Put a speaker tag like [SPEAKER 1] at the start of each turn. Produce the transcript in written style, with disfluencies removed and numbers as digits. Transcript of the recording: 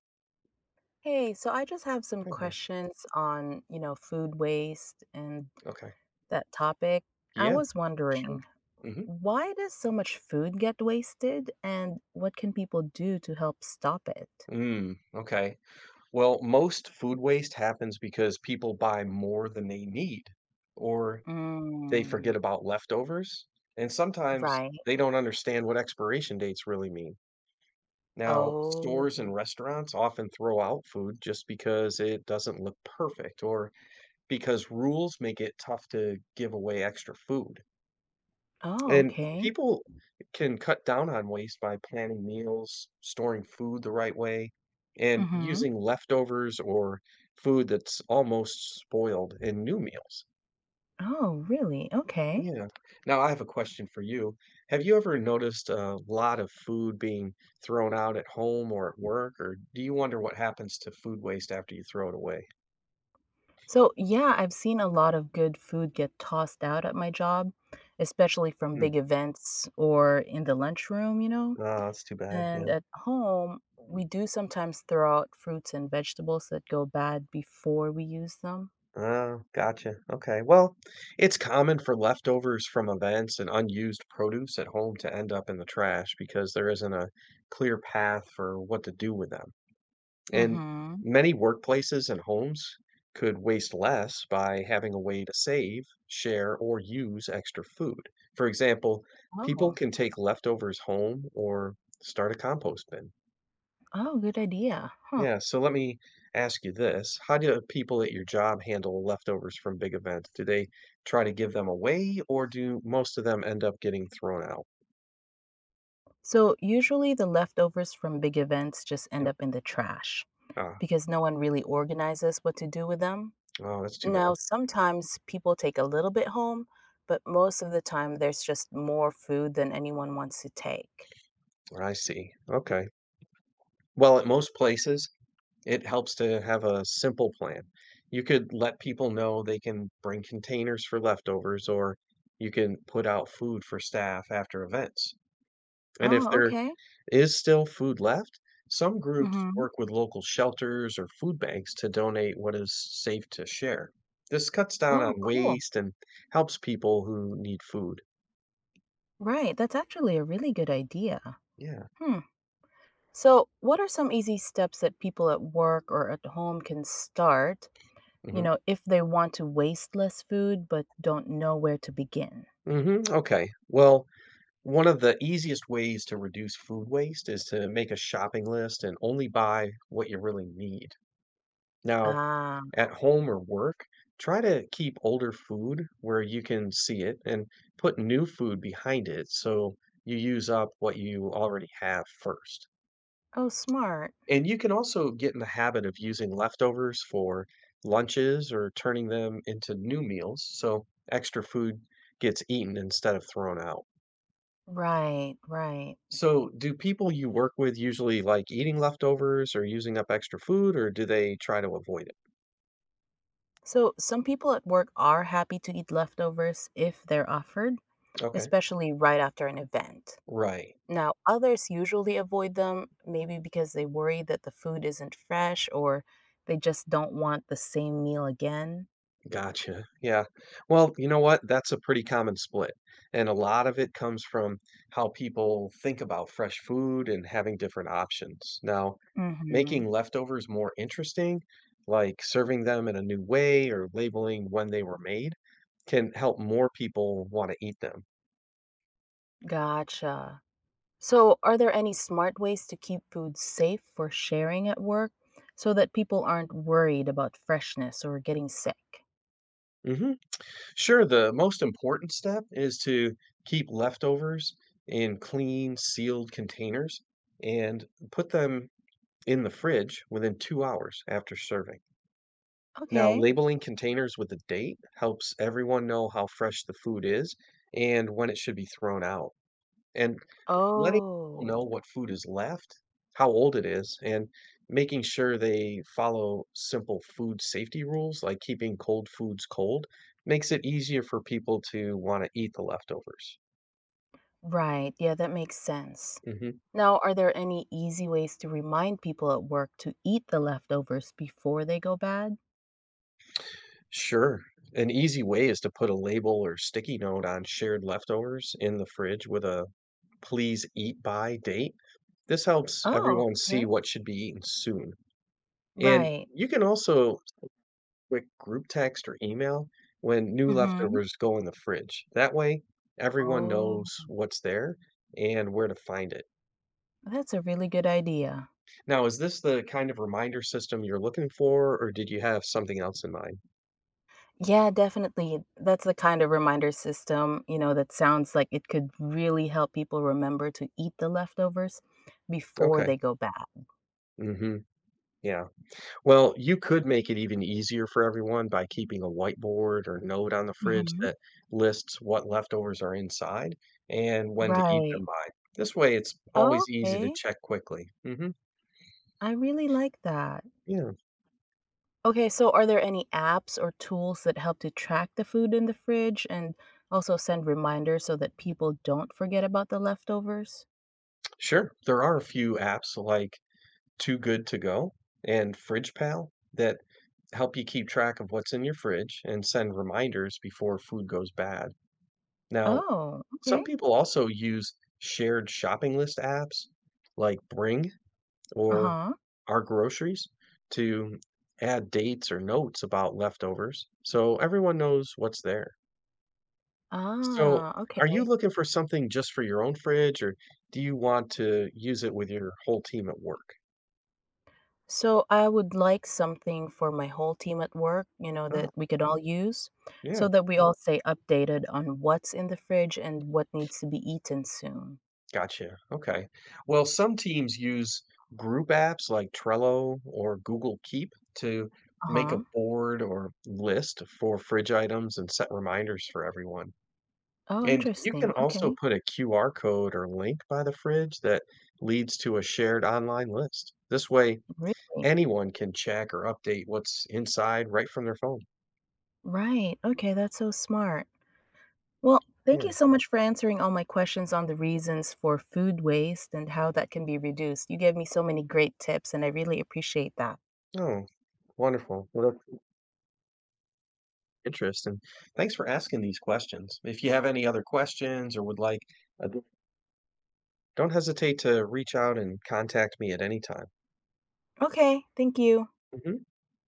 [SPEAKER 1] Hey, so I just have some
[SPEAKER 2] Hi there.
[SPEAKER 1] questions on, you know, food waste and
[SPEAKER 2] Okay.
[SPEAKER 1] that topic. I
[SPEAKER 2] Yeah,
[SPEAKER 1] was
[SPEAKER 2] sure.
[SPEAKER 1] wondering,
[SPEAKER 2] Mhm.
[SPEAKER 1] why does so much food get wasted and what can people do to help stop it?
[SPEAKER 2] Mm, okay. Well, most food waste happens because people buy more than they need, or they
[SPEAKER 1] Mm,
[SPEAKER 2] forget about leftovers, and sometimes
[SPEAKER 1] right.
[SPEAKER 2] they don't understand what expiration dates really mean. Now,
[SPEAKER 1] Oh.
[SPEAKER 2] stores and restaurants often throw out food just because it doesn't look perfect, or because rules make it tough to give away extra food.
[SPEAKER 1] Oh,
[SPEAKER 2] And
[SPEAKER 1] okay.
[SPEAKER 2] people can cut down on waste by planning meals, storing food the right way, and
[SPEAKER 1] Mm-hmm.
[SPEAKER 2] using leftovers or food that's almost spoiled in new meals.
[SPEAKER 1] Oh, really? Okay.
[SPEAKER 2] Yeah. Now, I have a question for you. Have you ever noticed a lot of food being thrown out at home or at work, or do you wonder what happens to food waste after you throw it away?
[SPEAKER 1] So, yeah, I've seen a lot of good food get tossed out at my job, especially from
[SPEAKER 2] Mm.
[SPEAKER 1] big events or in the lunchroom, you know?
[SPEAKER 2] Oh, that's too bad.
[SPEAKER 1] And
[SPEAKER 2] Yeah.
[SPEAKER 1] at home, we do sometimes throw out fruits and vegetables that go bad before we use them.
[SPEAKER 2] Oh, gotcha. Okay. Well, it's common for leftovers from events and unused produce at home to end up in the trash because there isn't a clear path for what to do with them. And
[SPEAKER 1] Mm-hmm.
[SPEAKER 2] many workplaces and homes could waste less by having a way to save, share, or use extra food. For example, people
[SPEAKER 1] Oh,
[SPEAKER 2] can take leftovers home or start a compost bin.
[SPEAKER 1] oh, good idea. Huh.
[SPEAKER 2] Yeah, so let me ask you this. How do people at your job handle leftovers from big events? Do they try to give them away or do most of them end up getting thrown out?
[SPEAKER 1] So usually the leftovers from big events just end
[SPEAKER 2] Yep.
[SPEAKER 1] up in the trash
[SPEAKER 2] Ah,
[SPEAKER 1] because no one really organizes what to do with them.
[SPEAKER 2] oh, that's too bad.
[SPEAKER 1] Now, sometimes people take a little bit home, but most of the time there's just more food than anyone wants to take.
[SPEAKER 2] I see. Okay. Well, at most places, it helps to have a simple plan. You could let people know they can bring containers for leftovers or you can put out food for staff after events. And if
[SPEAKER 1] Oh,
[SPEAKER 2] they're
[SPEAKER 1] okay.
[SPEAKER 2] is still food left. Some groups
[SPEAKER 1] Mm-hmm.
[SPEAKER 2] work with local shelters or food banks to donate what is safe to share. This cuts down
[SPEAKER 1] Oh,
[SPEAKER 2] on
[SPEAKER 1] cool.
[SPEAKER 2] waste and helps people who need food.
[SPEAKER 1] Right. That's actually a really good idea.
[SPEAKER 2] Yeah.
[SPEAKER 1] Hmm. So, what are some easy steps that people at work or at home can start, you
[SPEAKER 2] hmm
[SPEAKER 1] know, if they want to waste less food but don't know where to begin?
[SPEAKER 2] Okay. Well, one of the easiest ways to reduce food waste is to make a shopping list and only buy what you really need. Now,
[SPEAKER 1] Ah,
[SPEAKER 2] at home or work, try to keep older food where you can see it and put new food behind it so you use up what you already have first.
[SPEAKER 1] oh, smart.
[SPEAKER 2] And you can also get in the habit of using leftovers for lunches or turning them into new meals so extra food gets eaten instead of thrown out.
[SPEAKER 1] Right, right.
[SPEAKER 2] So, do people you work with usually like eating leftovers or using up extra food, or do they try to avoid it?
[SPEAKER 1] So, some people at work are happy to eat leftovers if they're offered,
[SPEAKER 2] Okay.
[SPEAKER 1] especially right after an event.
[SPEAKER 2] Right.
[SPEAKER 1] Now, others usually avoid them, maybe because they worry that the food isn't fresh or they just don't want the same meal again.
[SPEAKER 2] Gotcha. Yeah. Well, you know what? That's a pretty common split. And a lot of it comes from how people think about fresh food and having different options. Now,
[SPEAKER 1] Mm-hmm.
[SPEAKER 2] making leftovers more interesting, like serving them in a new way or labeling when they were made, can help more people want to eat them.
[SPEAKER 1] Gotcha. So, are there any smart ways to keep food safe for sharing at work so that people aren't worried about freshness or getting sick?
[SPEAKER 2] hmm Sure, the most important step is to keep leftovers in clean, sealed containers and put them in the fridge within 2 hours after serving. Now,
[SPEAKER 1] Okay.
[SPEAKER 2] labeling containers with a date helps everyone know how fresh the food is and when it should be thrown out. And letting people
[SPEAKER 1] Oh,
[SPEAKER 2] know what food is left, how old it is, and making sure they follow simple food safety rules like keeping cold foods cold makes it easier for people to want to eat the leftovers.
[SPEAKER 1] right. Yeah, that makes sense.
[SPEAKER 2] hmm
[SPEAKER 1] Now, are there any easy ways to remind people at work to eat the leftovers before they go bad?
[SPEAKER 2] Sure. An easy way is to put a label or sticky note on shared leftovers in the fridge with a please eat by date. This helps
[SPEAKER 1] Oh,
[SPEAKER 2] everyone see
[SPEAKER 1] okay.
[SPEAKER 2] what should be eaten soon. And
[SPEAKER 1] Right.
[SPEAKER 2] you can also quick group text or email when new
[SPEAKER 1] Mhm.
[SPEAKER 2] leftovers go in the fridge. That way, everyone knows
[SPEAKER 1] Oh,
[SPEAKER 2] what's there and where to find it.
[SPEAKER 1] that's a really good idea.
[SPEAKER 2] Now, is this the kind of reminder system you're looking for, or did you have something else in mind?
[SPEAKER 1] Yeah, definitely. That's the kind of reminder system, you know, that sounds like it could really help people remember to eat the leftovers before
[SPEAKER 2] Okay.
[SPEAKER 1] they go bad.
[SPEAKER 2] hmm Yeah. Well, you could make it even easier for everyone by keeping a whiteboard or note on the fridge
[SPEAKER 1] Mhm.
[SPEAKER 2] that lists what leftovers are inside and when to eat them
[SPEAKER 1] Right.
[SPEAKER 2] by. This way, it's
[SPEAKER 1] Oh,
[SPEAKER 2] always easy to
[SPEAKER 1] okay.
[SPEAKER 2] check quickly.
[SPEAKER 1] I really like that.
[SPEAKER 2] Yeah,
[SPEAKER 1] Okay, so are there any apps or tools that help to track the food in the fridge and also send reminders so that people don't forget about the leftovers?
[SPEAKER 2] sure. There are a few apps like Too Good To Go and Fridge Pal that help you keep track of what's in your fridge and send reminders before food goes bad. Now,
[SPEAKER 1] Oh, okay.
[SPEAKER 2] some people also use shared shopping list apps like Bring or
[SPEAKER 1] Uh-huh.
[SPEAKER 2] our groceries to add dates or notes about leftovers so everyone knows what's there. So,
[SPEAKER 1] Ah, okay.
[SPEAKER 2] are you looking for something just for your own fridge, or do you want to use it with your whole team at work?
[SPEAKER 1] So I would like something for my whole team at work, you know, that
[SPEAKER 2] Oh,
[SPEAKER 1] we could all use
[SPEAKER 2] yeah,
[SPEAKER 1] so that we all stay updated on what's in the fridge and what needs to be eaten soon.
[SPEAKER 2] gotcha. Okay. Well, some teams use group apps like Trello or Google Keep to make a
[SPEAKER 1] Uh-huh.
[SPEAKER 2] board or list for fridge items and set reminders for everyone.
[SPEAKER 1] Oh,
[SPEAKER 2] And you can
[SPEAKER 1] interesting.
[SPEAKER 2] also
[SPEAKER 1] Okay.
[SPEAKER 2] put a QR code or link by the fridge that leads to a shared online list. This way,
[SPEAKER 1] Really?
[SPEAKER 2] anyone can check or update what's inside right from their phone.
[SPEAKER 1] Right. Okay, that's so smart. Well, thank
[SPEAKER 2] Yeah.
[SPEAKER 1] you so much for answering all my questions on the reasons for food waste and how that can be reduced. You gave me so many great tips and I really appreciate that.
[SPEAKER 2] Oh, wonderful. Well, that's interest. And thanks for asking these questions. If you have any other questions or would like, uh, don't hesitate to reach out and contact me at any time.
[SPEAKER 1] Okay, thank you.
[SPEAKER 2] Mhm.